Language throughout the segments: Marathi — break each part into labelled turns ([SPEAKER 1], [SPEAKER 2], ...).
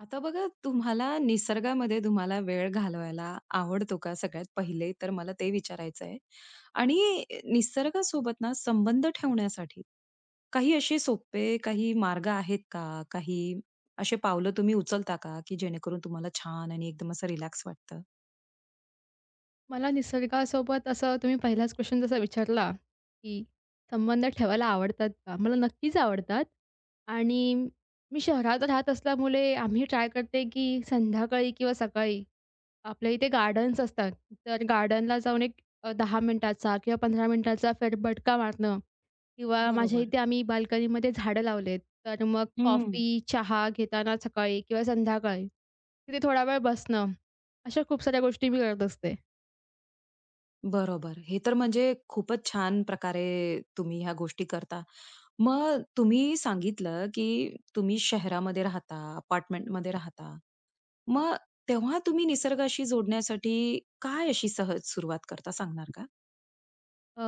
[SPEAKER 1] आता बघा तुम्हाला निसर्गामध्ये वेळ घालवायला आवडतो का? सगळ्यात पहिले तर मला ते विचारायचं आहे. आणि निसर्गासोबत ना संबंध ठेवण्यासाठी काही असे सोपे मार्ग आहेत का? काही असे पावलं तुम्ही उचलता का, की जेणेकरून तुम्हाला छान आणि एकदम असं रिलॅक्स वाटतं?
[SPEAKER 2] मला निसर्गासोबत असं तुम्ही पहिलाच क्वेशन जसा विचारला, की संबंध ठेवायला आवडतात का? मला नक्कीच आवडतात आणि मी शहरात राहत असल्यामुळे आम्ही ट्राय करते, की संध्याकाळी किंवा सकाळी आपल्या इथे गार्डन्स असतात. तर गार्डनला जाऊन एक 10 मिनिटाचा किंवा 15 मिनिटाचा फेरफटका मारणं किंवा माझ्या
[SPEAKER 1] बरोबर.
[SPEAKER 2] इथे आम्ही बाल्कनीमध्ये झाडं लावलेत. तर मग
[SPEAKER 1] हं.
[SPEAKER 2] कॉफी, चहा घेताना सकाळी किंवा संध्याकाळी तिथे थोडा वेळ बसणं, अशा खूप साऱ्या गोष्टी मी करत असते.
[SPEAKER 1] बरोबर. हे तर म्हणजे खूपच छान प्रकारे तुम्ही ह्या गोष्टी करता. मग तुम्ही सांगितलं, की तुम्ही शहरामध्ये राहता, अपार्टमेंटमध्ये राहता. मग तेव्हा तुम्ही निसर्गाशी जोडण्यासाठी काय अशी सहज सुरुवात करता सांगणार का?
[SPEAKER 2] अ,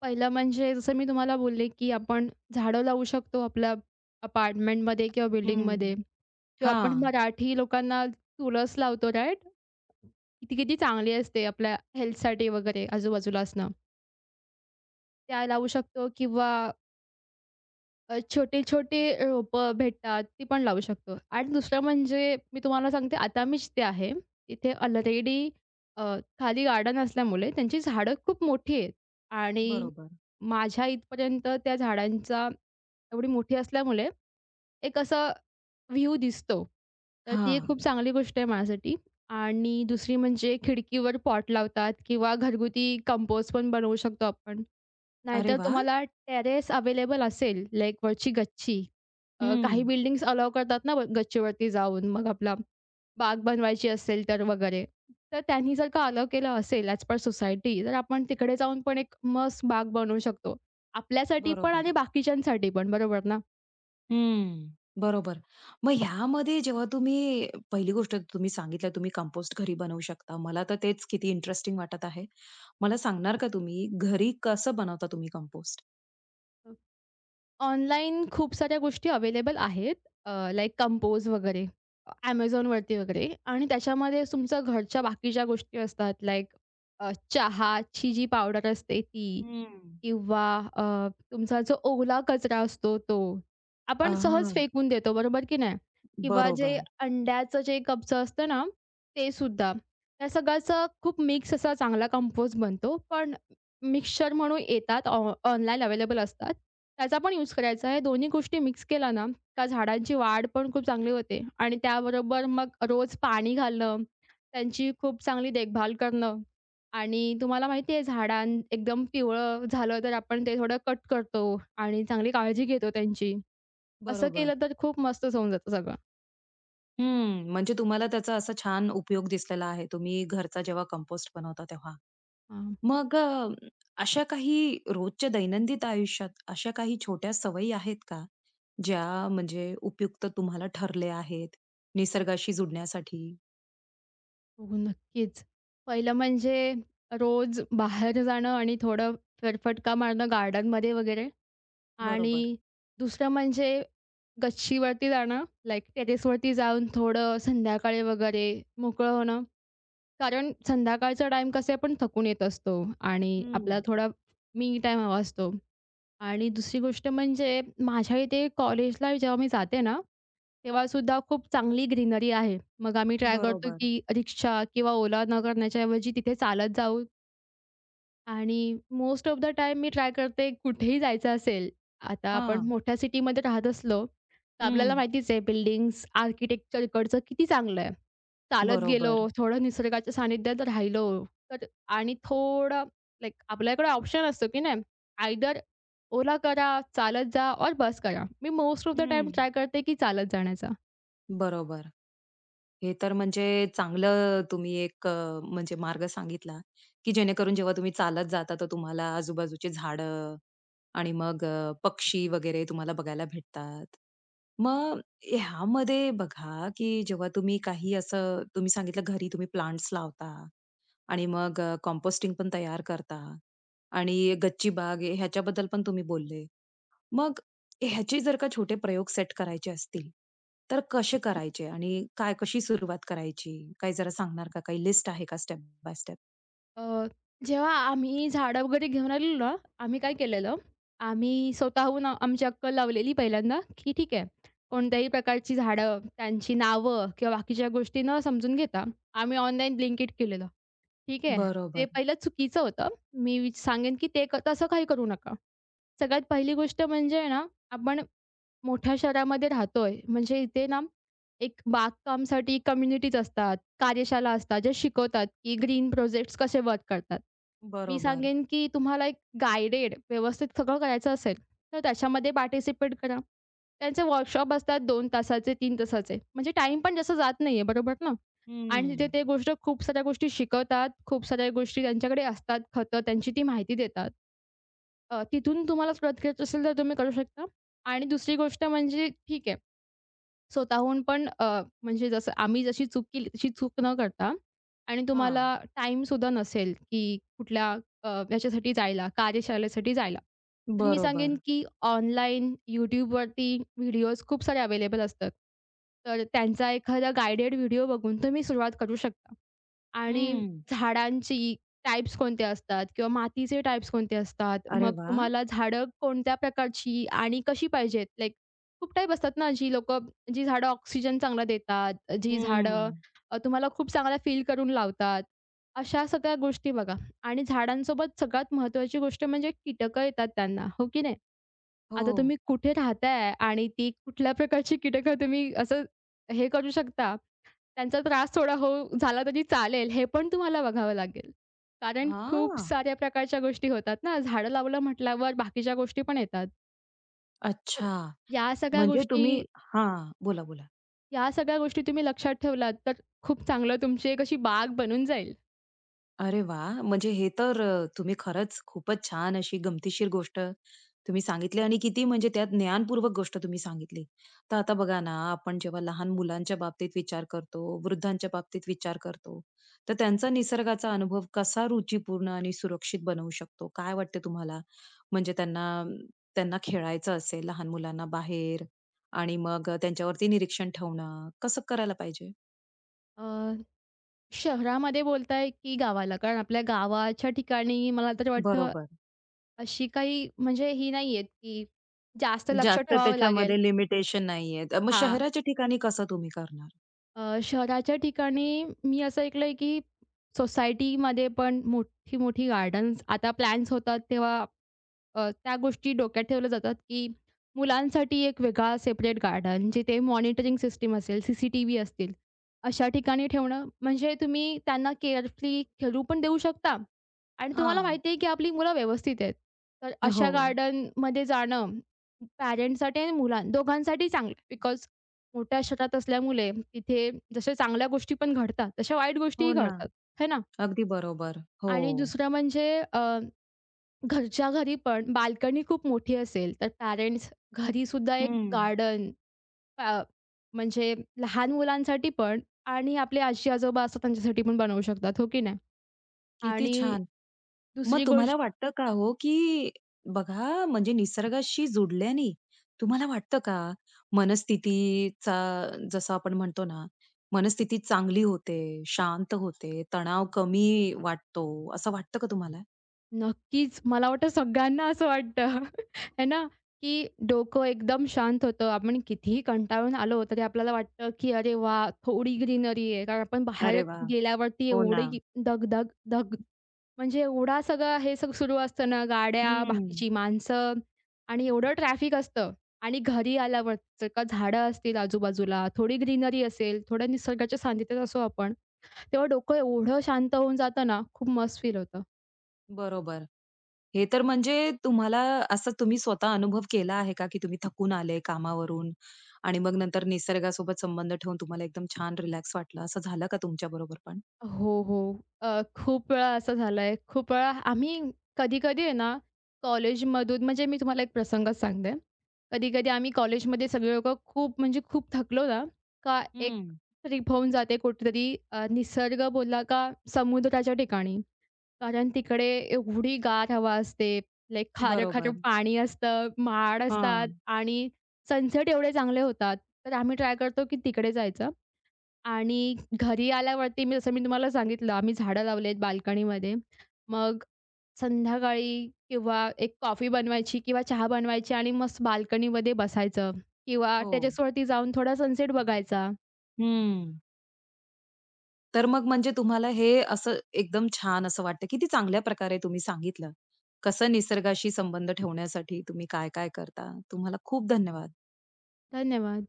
[SPEAKER 2] पहिलं म्हणजे जसं मी तुम्हाला बोलले, की आपण झाडं लावू शकतो आपल्या अपार्टमेंटमध्ये किंवा बिल्डिंगमध्ये
[SPEAKER 1] हं.
[SPEAKER 2] किंवा आपण
[SPEAKER 1] हां.
[SPEAKER 2] मराठी लोकांना तुळस लावतो, राइट? किती किती चांगली असते आपल्या हेल्थसाठी वगैरे आजूबाजूला असणं. त्या लावू शकतो किंवा छोटे-छोटे रोपं भेटतात, ती पण लावू शकतो. आणि दुसरं म्हणजे मी तुम्हाला सांगते, आता मी जिथे आहे, तिथे ऑलरेडी अ, खाली गार्डन असल्यामुळे त्यांची झाडं खूप मोठी आहेत आणि
[SPEAKER 1] बरोबर.
[SPEAKER 2] माझ्या इथपर्यंत त्या झाडांचा एवढी मोठी असल्यामुळे एक असं व्ह्यू दिसतो. तर ती एक
[SPEAKER 1] हां.
[SPEAKER 2] खूप चांगली गोष्ट आहे माझ्यासाठी. आणि दुसरी म्हणजे खिडकीवर पॉट लावतात किंवा घरगुती कंपोस्ट पण बनवू शकतो आपण.
[SPEAKER 1] अरे
[SPEAKER 2] नाहीतर
[SPEAKER 1] वाह!
[SPEAKER 2] तुम्हाला टेरेस अवेलेबल असेल, लाइक वरची गच्ची. काही
[SPEAKER 1] हं.
[SPEAKER 2] बिल्डिंग्स अलाऊ करतात ना गच्चीवरती जाऊन मग आपला बाग बनवायची असेल तर वगैरे. तर त्यांनी जर का अलाऊ केलं असेल ॲज पर सोसायटी, तर आपण तिकडे जाऊन पण एक मस्त बाग बनवू शकतो. आपल्यासाठी पण
[SPEAKER 1] बरोबर.
[SPEAKER 2] आणि बाकीच्यांसाठी पण, बरोबर ना?
[SPEAKER 1] हम्म. बरोबर. मग ह्यामध्ये जेव्हा तुम्ही पहिली गोष्ट सांगितलं तुम्ही कंपोस्ट घरी बनवू शकता. मला तर तेच किती इंटरेस्टिंग वाटत आहे. मला सांगणार का तुम्ही घरी कसं बनवता तुम्ही कंपोस्ट?
[SPEAKER 2] ऑनलाईन खूप साऱ्या गोष्टी अवेलेबल आहेत. लाइक कंपोज वगैरे, Amazonवरती वगैरे आणि त्याच्यामध्ये तुमच्या घरच्या बाकीच्या गोष्टी असतात लाइक चहाची जी पावडर असते ती
[SPEAKER 1] हम्म.
[SPEAKER 2] किंवा अ, तुमचा जो ओला कचरा असतो तो. आपण सहज
[SPEAKER 1] हां.
[SPEAKER 2] फेकून देतो, बरोबर की नाही? किंवा जे
[SPEAKER 1] बरोबर,
[SPEAKER 2] अंड्याचं जे कपचं असतं ना, ते सुद्धा. त्या सगळ्याचा खूप मिक्स असा चांगला कंपोज बनतो. पण मिक्सचर म्हणून येतात ऑनलाईन अवेलेबल असतात. त्याचा पण यूज करायचा आहे. दोन्ही गोष्टी मिक्स केला ना, का झाडांची वाढ पण खूप चांगली होते आणि त्याबरोबर मग रोज पाणी घालणं, त्यांची खूप चांगली देखभाल करणं आणि तुम्हाला माहिती आहे झाडां एकदम पिवळं झालं तर आपण ते थोडं कट करतो आणि चांगली काळजी घेतो त्यांची. असं केलं
[SPEAKER 1] बरोबर.
[SPEAKER 2] तर खूप मस्तच होऊन जातं सगळं.
[SPEAKER 1] हम्म. म्हणजे तुम्हाला त्याचा असा छान उपयोग दिसलेला आहे तुम्ही घरचा जेव्हा कंपोस्ट बनवता तेव्हा.
[SPEAKER 2] हां,
[SPEAKER 1] मग अशा काही रोजच्या दैनंदिन आयुष्यात अशा काही छोट्या सवयी आहेत का? ज्या म्हणजे उपयुक्त तुम्हाला ठरले आहेत, निसर्गाशी जुडण्यासाठी.
[SPEAKER 2] हो नक्कीच. पहिलं म्हणजे रोज बाहेर जाणं आणि थोडं फेरफटका मारणं गार्डनमध्ये वगैरे आणि
[SPEAKER 1] बरोबर.
[SPEAKER 2] दुसरं म्हणजे गच्चीवरती जाणं, लाइक टेरेसवरती जाऊन थोडं संध्याकाळी वगैरे मोकळं होणं. कारण संध्याकाळचा टाईम कसे आहे आपण थकून येत असतो आणि आपल्याला
[SPEAKER 1] हं.
[SPEAKER 2] थोडा मी टाईम हवा असतो. आणि दुसरी गोष्ट म्हणजे माझ्या इथे कॉलेजला जेव्हा मी जाते ना, तेव्हासुद्धा खूप चांगली ग्रीनरी आहे. मग आम्ही ट्राय करतो
[SPEAKER 1] बरोबर.
[SPEAKER 2] की रिक्षा किंवा ओला न करण्याच्या ऐवजी तिथे चालत जाऊ आणि मोस्ट ऑफ द टाईम मी ट्राय करते कुठेही जायचं असेल, आता आपण
[SPEAKER 1] हां.
[SPEAKER 2] मोठ्या सिटीमध्ये राहत असलो, तर आपल्याला
[SPEAKER 1] हं.
[SPEAKER 2] माहितीच आहे बिल्डिंग्स, आर्किटेक्चर इकडचं किती चांगलं आहे. चालत गेलो,
[SPEAKER 1] बरोबर.
[SPEAKER 2] थोडं निसर्गाच्या सानिध्यात राहिलो, तर आणि थोडं लाइक आपल्याकडे ऑप्शन असतो की नाही, आयदर ओला करा, चालत जा, ऑर बस करा. मी मोस्ट ऑफ द टाईम
[SPEAKER 1] हं.
[SPEAKER 2] ट्राय करते की चालत जाण्याचा.
[SPEAKER 1] बरोबर. हे तर म्हणजे चांगलं तुम्ही एक म्हणजे मार्ग सांगितला, की जेणेकरून जेव्हा तुम्ही चालत जाता, तर तुम्हाला आजूबाजूची झाडं आणि मग पक्षी वगैरे तुम्हाला बघायला भेटतात. मग ह्यामध्ये बघा, की जेव्हा तुम्ही काही असं सांगितलं घरी तुम्ही प्लांट्स लावता. आणि मग कंपोस्टिंग पण तयार करता आणि गच्ची बाग आहे, ह्याच्याबद्दल पण तुम्ही बोलले. मग ह्याचे जर का छोटे प्रयोग सेट करायचे असतील, तर कसे करायचे आणि कशी सुरुवात करायची? काही जरा सांगणार का? काही लिस्ट आहे का स्टेप बाय स्टेप?
[SPEAKER 2] अ, जेव्हा आम्ही झाडं वगैरे घेऊन आलेलो ना, आम्ही काय केलेलं, आम्ही स्वतःहून आमची अक्कल लावलेली पहिल्यांदा, की ठीक आहे, कोणत्याही प्रकारची झाडं, त्यांची नावं किंवा बाकीच्या गोष्टी न समजून घेता, आम्ही ऑनलाईन ब्लिंकिट केलेलं. ठीक आहे, ते
[SPEAKER 1] बरोबर,
[SPEAKER 2] पहिलं चुकीचं होतं. मी सांगेन की ते तसं काही करू नका. सगळ्यात पहिली गोष्ट म्हणजे आहे ना, आपण मोठ्या शहरामध्ये राहतोय, म्हणजे इथे ना, एक बागकामसाठी कम्युनिटीज असतात, कार्यशाळा असतात, जे शिकवतात, की ग्रीन प्रोजेक्ट्स कसे वर्क करतात. मी
[SPEAKER 1] बरोबर.
[SPEAKER 2] सांगेन, की तुम्हाला एक गाईडेड व्यवस्थित सगळं करायचं असेल, तर त्याच्यामध्ये पार्टिसिपेट करा. त्यांचे वर्कशॉप असतात 2 तासाचे, 3 तासाचे. म्हणजे टाईम पण जास्त जात नाहीये, बरोबर ना? आणि
[SPEAKER 1] हं.
[SPEAKER 2] तिथे ते गोष्ट खूप साऱ्या गोष्टी शिकवतात, खूप साऱ्या गोष्टी त्यांच्याकडे असतात, खतं त्यांची ती माहिती देतात. तिथून तुम्हाला सुरुवात करायची असेल तर तुम्ही करू शकता. आणि दुसरी गोष्ट म्हणजे ठीक आहे, स्वतःहून पण म्हणजे जसं आम्ही जशी चूक केली तशी चूक न करता आणि
[SPEAKER 1] हां.
[SPEAKER 2] तुम्हाला टाईमसुद्धा नसेल, की कुठल्या ह्याच्यासाठी जायला, कार्यशाळेसाठी जायला. तर मी सांगेन,
[SPEAKER 1] बरोबर.
[SPEAKER 2] की ऑनलाईन YouTubeवरती व्हिडिओज खूप सारे अवेलेबल असतात. तर त्यांचा एखादा गाईडेड व्हिडिओ बघून तुम्ही सुरुवात करू शकता. आणि
[SPEAKER 1] हं.
[SPEAKER 2] झाडांची टाइप्स कोणते असतात किंवा मातीचे टाइप्स कोणते असतात.
[SPEAKER 1] अरे
[SPEAKER 2] मग
[SPEAKER 1] वाह!
[SPEAKER 2] तुम्हाला झाडं कोणत्या प्रकारची आणि कशी पाहिजेत. लाइक खूप टाइप असतात ना, जी लोकं जी झाडं ऑक्सिजन चांगला देतात, जी झाडं
[SPEAKER 1] हं.
[SPEAKER 2] तुम्हाला खूप चांगला फील करून लावतात. अशा सगळ्या गोष्टी बघा आणि झाडांसोबत सगळ्यात महत्त्वाची गोष्ट म्हणजे कीटकं येतात त्यांना, हो की नाही?
[SPEAKER 1] हो.
[SPEAKER 2] आता तुम्ही कुठे राहताय आणि ती कुठल्या प्रकारची कीटकं तुम्ही असं हे करू शकता. त्यांचा त्रास थोडा हो झाला तरी चालेल, हे पण तुम्हाला बघावं लागेल. कारण खूप
[SPEAKER 1] हां.
[SPEAKER 2] साऱ्या प्रकारच्या गोष्टी होतात ना, झाडं लावलं म्हटल्यावर बाकीच्या गोष्टी पण येतात. तर
[SPEAKER 1] अच्छा.
[SPEAKER 2] या सगळ्या
[SPEAKER 1] म्हणजे
[SPEAKER 2] गोष्टी
[SPEAKER 1] तुम्ही हां. बोला, बोला.
[SPEAKER 2] या सगळ्या गोष्टी तुम्ही लक्षात ठेवलात, तर खूप चांगलं तुमची एक अशी बाग बनून जाईल.
[SPEAKER 1] अरे वा, म्हणजे हे तर तुम्ही खरंच खूपच छान अशी गमतीशीर गोष्ट तुम्ही सांगितली आणि किती म्हणजे त्यात ज्ञानपूर्वक गोष्ट तुम्ही सांगितली. तर आता बघा ना, आपण जेव्हा लहान मुलांच्या बाबतीत विचार करतो, वृद्धांच्या बाबतीत विचार करतो, तर त्यांचा निसर्गाचा अनुभव कसा रुचीपूर्ण आणि सुरक्षित बनवू शकतो? काय वाटते तुम्हाला? म्हणजे त्यांना त्यांना खेळायचं असेल लहान मुलांना बाहेर आणि मग त्यांच्यावरती निरीक्षण ठेवणं, कसं करायला पाहिजे?
[SPEAKER 2] अ, शहरामध्ये बोलताय की गावाला? कारण आपल्या गावाच्या ठिकाणी मला तर वाटतं
[SPEAKER 1] बरोबर.
[SPEAKER 2] अशी काही म्हणजे ही नाहीयेत, की जास्त लक्ष
[SPEAKER 1] जास्त
[SPEAKER 2] ठेवावं लागेल.
[SPEAKER 1] त्याच्यामध्ये लिमिटेशन नाहीयेत. मग
[SPEAKER 2] हां.
[SPEAKER 1] शहराच्या ठिकाणी कसं तुम्ही करणार?
[SPEAKER 2] शहराच्या ठिकाणी मी असं ऐकलंय की सोसायटीमध्ये पण मोठी-मोठी गार्डन्स आता प्लॅन्स होतात तेव्हा त्या गोष्टी डोक्यात ठेवल्या जातात की मुलांसाठी एक वेगळा सेपरेट गार्डन जिथे मॉनिटरिंग सिस्टीम असेल, सीसीटीव्ही असतील, अशा ठिकाणी ठेवणं म्हणजे तुम्ही त्यांना केअरफ्री खेळू पण देऊ शकता आणि तुम्हाला
[SPEAKER 1] हां.
[SPEAKER 2] माहिती आहे की आपली मुलं व्यवस्थित आहेत. तर
[SPEAKER 1] हो.
[SPEAKER 2] अशा गार्डनमध्ये जाणं पॅरेंट्ससाठी आणि मुलां दोघांसाठी चांगलं बिकॉज मोठ्या शहरात असल्यामुळे तिथे जशा चांगल्या गोष्टी पण घडतात, तशा वाईट गोष्टीही
[SPEAKER 1] हो ना.
[SPEAKER 2] घडतात, है ना?
[SPEAKER 1] अगदी बरोबर. हो.
[SPEAKER 2] आणि दुसरं म्हणजे अ, घरच्या घरी पण बाल्कनी खूप मोठी असेल, तर पॅरेंट्स घरीसुद्धा एक
[SPEAKER 1] हं.
[SPEAKER 2] गार्डन अ, म्हणजे लहान मुलांसाठी पण आणि आपले आजी-आजोबा असतात त्यांच्यासाठी पण बनवू शकतात, हो की नाही?
[SPEAKER 1] किती
[SPEAKER 2] आणि
[SPEAKER 1] छान. मग
[SPEAKER 2] दुसरी
[SPEAKER 1] तुम्हाला
[SPEAKER 2] गोष्ट
[SPEAKER 1] वाटतं का हो, की बघा म्हणजे निसर्गाशी जुडल्याने तुम्हाला वाटतं का मनस्थितीचा जसं आपण म्हणतो ना, मनस्थिती चांगली होते, शांत होते, तणाव कमी वाटतो, असं वाटतं का तुम्हाला?
[SPEAKER 2] नक्कीच. मला वाटतं सगळ्यांना असं वाटतं आहे ना, की डोकं एकदम शांत होतं. आपण कितीही कंटाळून आलो तरी आपल्याला वाटतं, की "अरे वाह! थोडी ग्रीनरी आहे." कारण आपण बाहेर
[SPEAKER 1] अरे वाह!
[SPEAKER 2] गेल्यावरती
[SPEAKER 1] हो ना.
[SPEAKER 2] एवढी धग-धग म्हणजे सगळं हे सगळं सुरू असतं ना, गाड्या,
[SPEAKER 1] हं.
[SPEAKER 2] बाकीची माणसं आणि एवढं ट्रॅफिक असतं आणि घरी आल्यावर जर का झाडं असतील आजूबाजूला, थोडी ग्रीनरी असेल, थोड्या निसर्गाच्या सानिध्यात असू आपण, तेव्हा डोकं एवढं शांत होऊन जातं ना, खूप मस्त फील होतं.
[SPEAKER 1] बरोबर. हे तर म्हणजे तुम्हाला असा तुम्ही स्वतः अनुभव केला आहे का, की तुम्ही थकून आले कामावरून आणि मग नंतर निसर्गासोबत संबंध ठेवून तुम्हाला एकदम छान रिलॅक्स वाटलं, असं झालं का तुमच्याबरोबर पण?
[SPEAKER 2] हो, हो. खूप वेळा असं झालंय. खूप वेळा आम्ही कधी-कधी आहे ना, कॉलेजमधून म्हणजे मी तुम्हाला एक प्रसंग सांगते. कधी-कधी आम्ही कॉलेजमध्ये सगळे लोकं खूप म्हणजे खूप थकलो ना, का एक
[SPEAKER 1] हं,
[SPEAKER 2] ट्रिप होऊन जाते कुठेतरी निसर्ग बोलला का समुद्राच्या ठिकाणी. कारण तिकडे एवढी गार हवा असते, लाईक खारं-खारं
[SPEAKER 1] बरोबर.
[SPEAKER 2] पाणी असतं, माड
[SPEAKER 1] हां.
[SPEAKER 2] असतात आणि सनसेट एवढे चांगले होतात. तर आम्ही ट्राय करतो की तिकडे जायचं. आणि घरी आल्यावरती मी जसं मी तुम्हाला सांगितलं आम्ही झाडं लावली आहेत बाल्कनीमध्ये. मग संध्याकाळी किंवा एक कॉफी बनवायची किंवा चहा बनवायची आणि मस्त बाल्कनीमध्ये बसायचं किंवा
[SPEAKER 1] हो.
[SPEAKER 2] टेरेसवरती जाऊन थोडा सनसेट बघायचा.
[SPEAKER 1] हं. तर मग म्हणजे तुम्हाला हे असं एकदम छान असं वाटतं. किती चांगल्या प्रकारे तुम्ही सांगितलं कसं निसर्गाशी संबंध ठेवण्यासाठी तुम्ही काय-काय करता. तुम्हाला खूप धन्यवाद.
[SPEAKER 2] धन्यवाद.